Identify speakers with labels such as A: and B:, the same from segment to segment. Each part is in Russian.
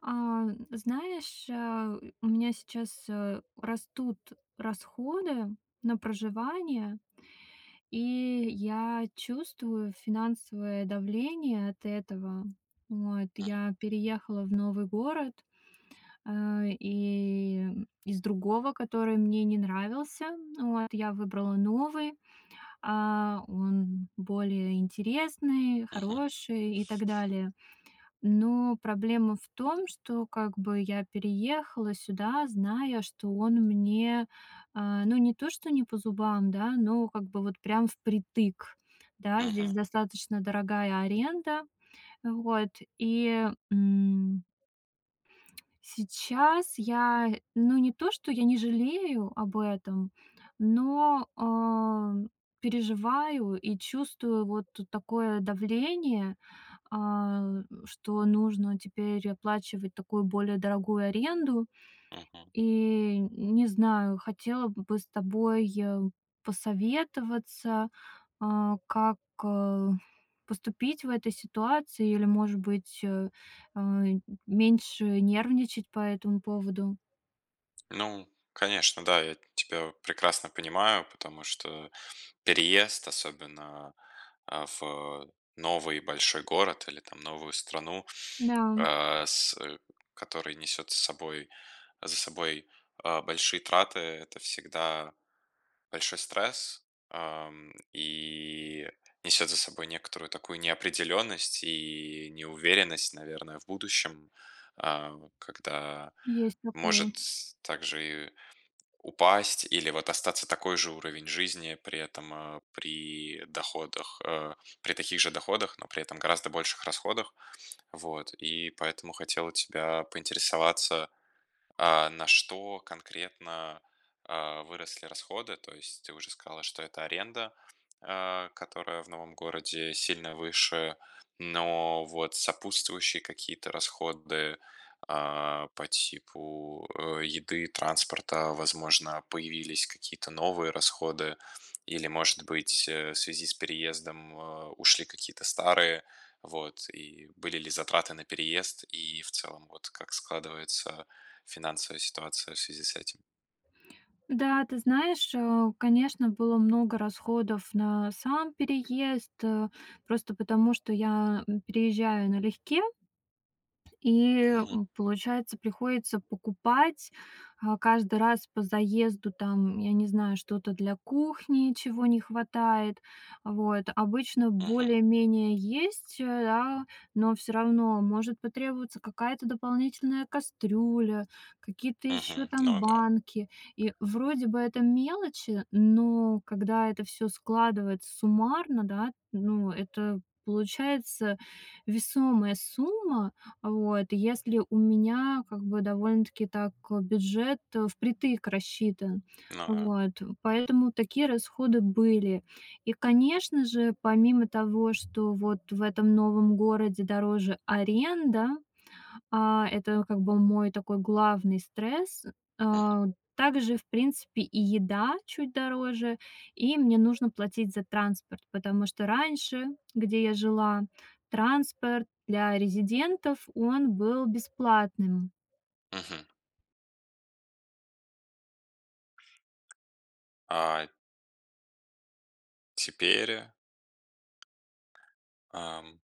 A: Знаешь, у меня сейчас растут расходы на проживание, и я чувствую финансовое давление от этого. Вот,
B: Мгм,
A: я переехала в новый город, и из другого, который мне не нравился, вот, я выбрала новый, он более интересный,
B: мгм,
A: хороший и так далее. Но проблема в том, что как бы я переехала сюда, зная, что он мне, ну, не то что не по зубам, да, но как бы вот прям впритык. Да, здесь
B: мгм,
A: достаточно дорогая аренда. Вот, и, сейчас я, ну, не то, что я не жалею об этом, но, переживаю и чувствую вот такое давление, что нужно теперь оплачивать такую более дорогую аренду.
B: мгм.
A: И не знаю, хотела бы с тобой, посоветоваться, как, э, поступить в этой ситуации или, может быть, а, меньше нервничать по этому поводу.
B: Ну, конечно, да, я тебя прекрасно понимаю, потому что переезд, особенно в новый большой город или там новую страну,
A: Да,
B: а, с, э, который несет с собой, за собой большие траты, это всегда большой стресс, и несет за собой некоторую такую неопределенность и неуверенность, наверное, в будущем, вот когда
A: есть такое.
B: может также и упасть или вот остаться такой же уровень жизни при этом при доходах, при таких же доходах, но при этом гораздо больших расходах. Вот. И поэтому хотел у тебя поинтересоваться, а на что конкретно, выросли расходы? То есть ты уже сказала, что это аренда, которая в новом городе сильно выше, но вот сопутствующие какие-то расходы, а, по типу, еды, транспорта, возможно, появились какие-то новые расходы или, может быть, в связи с переездом, ушли какие-то старые, вот, и были ли затраты на переезд, и в целом вот как складывается финансовая ситуация в связи с этим.
A: Да, ты знаешь, конечно, было много расходов на сам переезд, просто потому что я, переезжаю налегке. И,
B: Мгм,
A: получается, приходится покупать, каждый раз по заезду там, я не знаю, что-то для кухни, чего не хватает. Вот. Обычно
B: мгм,
A: более-менее есть, да, но все равно может потребоваться какая-то дополнительная кастрюля, какие-то еще
B: мгм.
A: там
B: Ну да,
A: банки. И вроде бы это мелочи, но когда это все складывается суммарно, да, ну, это получается весомая сумма, вот, если у меня как бы довольно-таки так бюджет впритык рассчитан.
B: ну да.
A: Вот, поэтому такие расходы были. И, конечно же, помимо того, что вот в этом новом городе дороже аренда, это как бы мой такой главный стресс.
B: Мгм,
A: А, Также, в принципе, и еда чуть дороже, и мне нужно платить за транспорт, потому что раньше, где я жила, транспорт для резидентов, он был бесплатным.
B: мгм. А теперь, ам,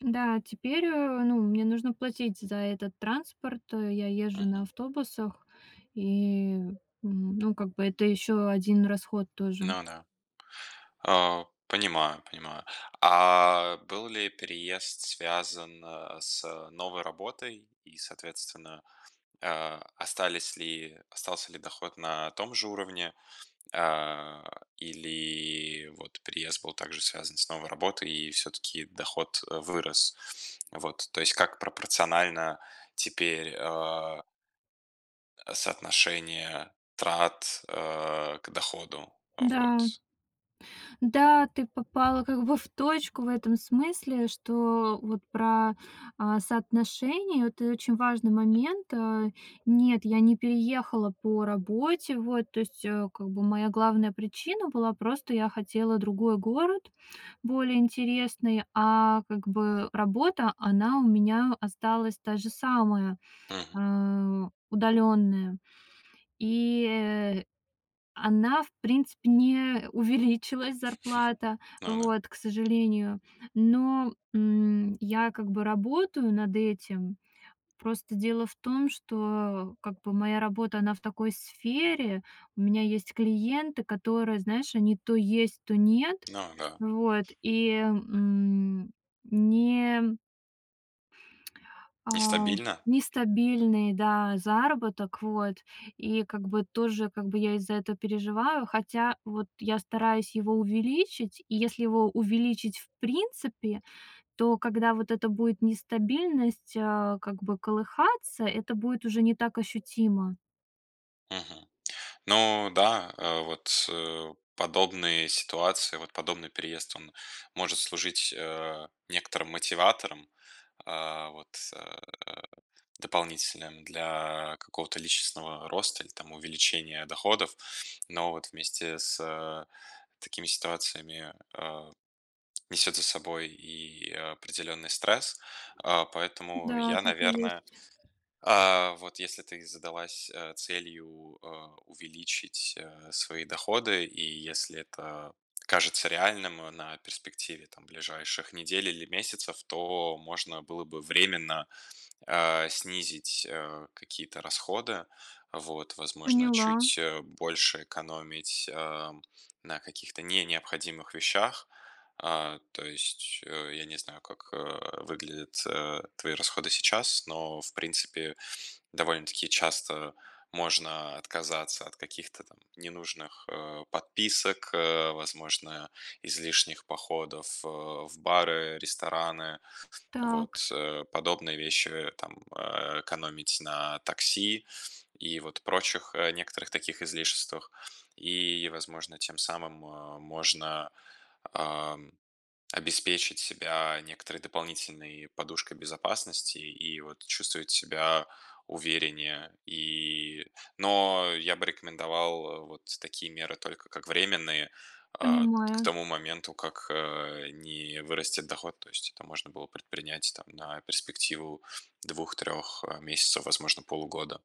A: Да, теперь, ну, мне нужно платить за этот транспорт. Я езжу на
B: мгм,
A: автобусах, и, ну, как бы это еще один расход тоже.
B: ну да. А, понимаю, понимаю. А был ли переезд связан, с новой работой и, соответственно, а, остались ли остался ли доход на том же уровне? А, Или вот переезд был также связан с новой работой, и все-таки доход вырос. Вот, то есть как пропорционально теперь соотношение трат к доходу.
A: Да.
B: Вот.
A: Да, ты попала как бы в точку в этом смысле, что вот про, соотношение- это очень важный момент. Нет, я не переехала по работе, вот, то есть, как бы моя главная причина была просто я хотела другой город, более интересный, а как бы работа, она у меня осталась та же самая,
B: Мгм.
A: удаленная. И, она, в принципе, не увеличилась зарплата,
B: Ну да.
A: вот, к сожалению. Но, я как бы работаю над этим. Просто дело в том, что как бы моя работа, она в такой сфере. У меня есть клиенты, которые, знаешь, они то есть, то нет.
B: Ну да.
A: Вот, и, не, а,
B: Нестабильно?
A: нестабильный, да, заработок, вот. И как бы тоже как бы я из-за этого переживаю, хотя вот я стараюсь его увеличить. И если его увеличить в принципе, то когда вот это будет нестабильность, как бы колыхаться, это будет уже не так ощутимо.
B: Мгм. Ну да, подобные ситуации, вот подобный переезд, он может служить некоторым мотиватором, а, вот э, дополнительным для какого-то личностного роста или там увеличения доходов. Но вот вместе с, такими ситуациями, несет за собой и определенный стресс. А, поэтому
A: Да,
B: я,
A: так и
B: наверное,
A: есть.
B: вот если ты задалась, целью, увеличить, свои доходы, и если это кажется реальным, на перспективе там ближайших недель или месяцев, то можно было бы временно снизить, какие-то расходы. Вот, возможно,
A: Поняла.
B: чуть, больше экономить, на каких-то не необходимых вещах. А, то есть, я не знаю, как, выглядят, твои расходы сейчас, но, в принципе, довольно-таки часто можно отказаться от каких-то там ненужных, подписок, возможно, излишних походов, в бары, рестораны.
A: Так,
B: Вот, подобные вещи, там, экономить на такси и вот прочих, некоторых таких излишествах. И, возможно, тем самым, можно обеспечить себя некоторой дополнительной подушкой безопасности и вот чувствовать себя увереннее. И, но я бы рекомендовал, вот такие меры только как временные, к
A: понимаю.
B: тому моменту, как, не вырастет доход. То есть это можно было предпринять там на перспективу двух-трех месяцев, возможно, полугода.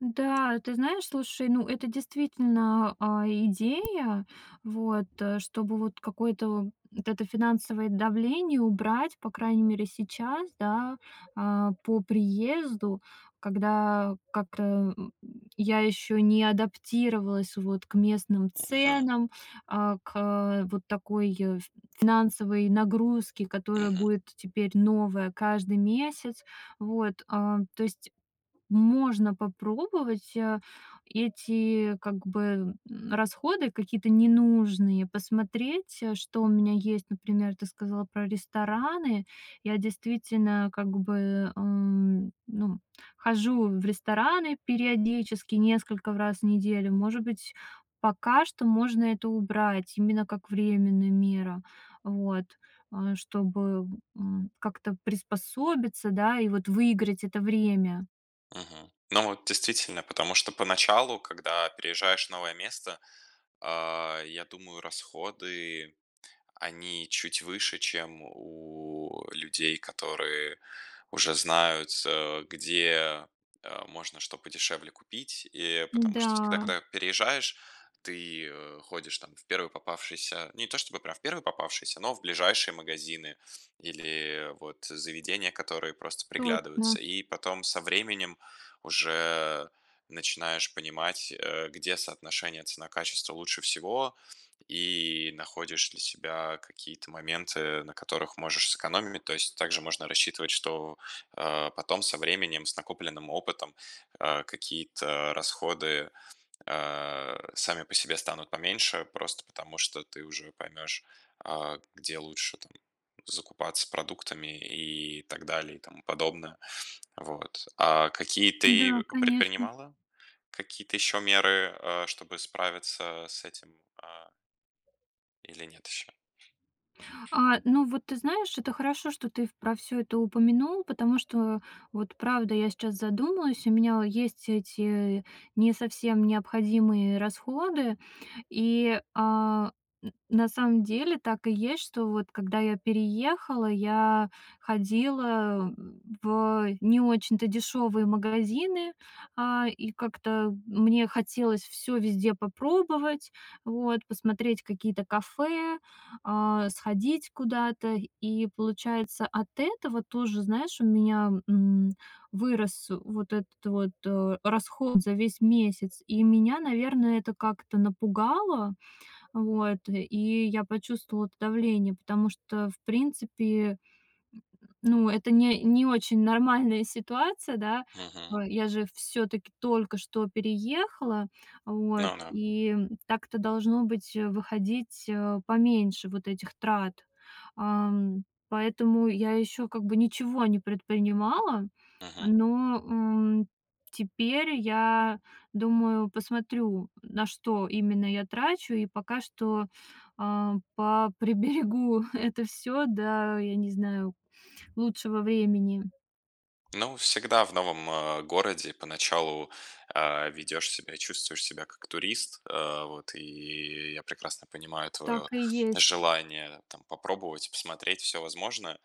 A: Да, ты знаешь, слушай, ну это действительно идея, вот, чтобы вот какое-то вот это финансовое давление убрать, по крайней мере сейчас, да, по приезду, когда как-то я еще не адаптировалась вот к местным
B: Мгм,
A: ценам, к вот такой финансовой нагрузке, которая
B: мгм,
A: будет теперь новая каждый месяц, вот, то есть можно попробовать, эти, как бы, расходы какие-то ненужные посмотреть, что у меня есть. Например, ты сказала про рестораны. Я действительно, как бы, ну, хожу в рестораны периодически, несколько раз в неделю. Может быть, пока что можно это убрать, именно как временная мера. Вот, чтобы, как-то приспособиться, да, и вот выиграть это время.
B: мгм. Ну вот действительно, потому что поначалу, когда переезжаешь в новое место, а, я думаю, расходы, они чуть выше, чем у людей, которые уже знают, где можно что подешевле купить. И потому
A: Да,
B: что всегда, когда переезжаешь, ты ходишь там в первый попавшийся, не то чтобы прям в первый попавшийся, но в ближайшие магазины или вот заведения, которые просто
A: точно.
B: приглядываются. И потом со временем уже начинаешь понимать, где соотношение цена-качество лучше всего, и находишь для себя какие-то моменты, на которых можешь сэкономить. То есть также можно рассчитывать, что потом со временем, с накопленным опытом, какие-то расходы сами по себе станут поменьше, просто потому что ты уже поймешь, а, где лучше там закупаться продуктами и так далее и тому подобное. Вот. А какие
A: Да,
B: ты
A: конечно.
B: предпринимала? Какие-то еще меры, чтобы справиться с этим а, или нет еще?
A: Ну вот ты знаешь, это хорошо, что ты про все это упомянул, потому что вот правда я сейчас задумалась, у меня есть эти не совсем необходимые расходы. И, а, н на самом деле так и есть, что вот когда я переехала, я ходила в не очень-то дешевые магазины, и как-то мне хотелось все везде попробовать, вот, посмотреть какие-то кафе, сходить куда-то. И получается, от этого тоже, знаешь, у меня, вырос вот этот вот, расход за весь месяц. И меня, наверное, это как-то напугало, вот, и я почувствовала это давление, потому что, в принципе, ну, это не очень нормальная ситуация, да.
B: Мгм.
A: Я же все таки только что переехала, вот,
B: Ну да.
A: и так-то должно быть, выходить, поменьше вот этих трат. Поэтому я еще как бы ничего не предпринимала,
B: Мгм.
A: но, теперь я думаю, посмотрю, на что именно я трачу, и пока что, поприберегу это все, да, я не знаю, лучшего времени.
B: Ну, всегда в новом городе поначалу ведешь себя и чувствуешь себя как турист. Вот, и я прекрасно понимаю твое
A: Так и есть.
B: желание там, попробовать, посмотреть все возможное.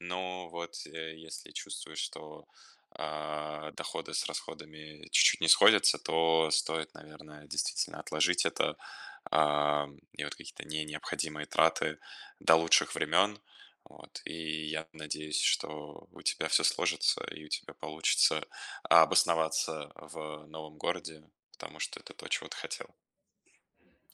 B: Но вот если чувствуешь, что доходы с расходами чуть-чуть не сходятся, то стоит, наверное, действительно отложить это а, и вот какие-то не необходимые траты до лучших времен. Вот, и я надеюсь, что у тебя все сложится и у тебя получится обосноваться в новом городе, потому что это то, чего ты хотел.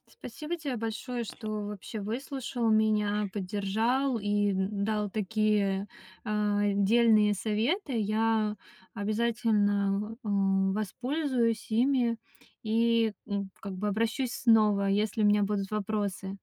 A: Спасибо тебе большое, что вообще выслушал меня, поддержал и дал такие дельные советы. Я обязательно воспользуюсь ими и как бы обращусь снова, если у меня будут вопросы.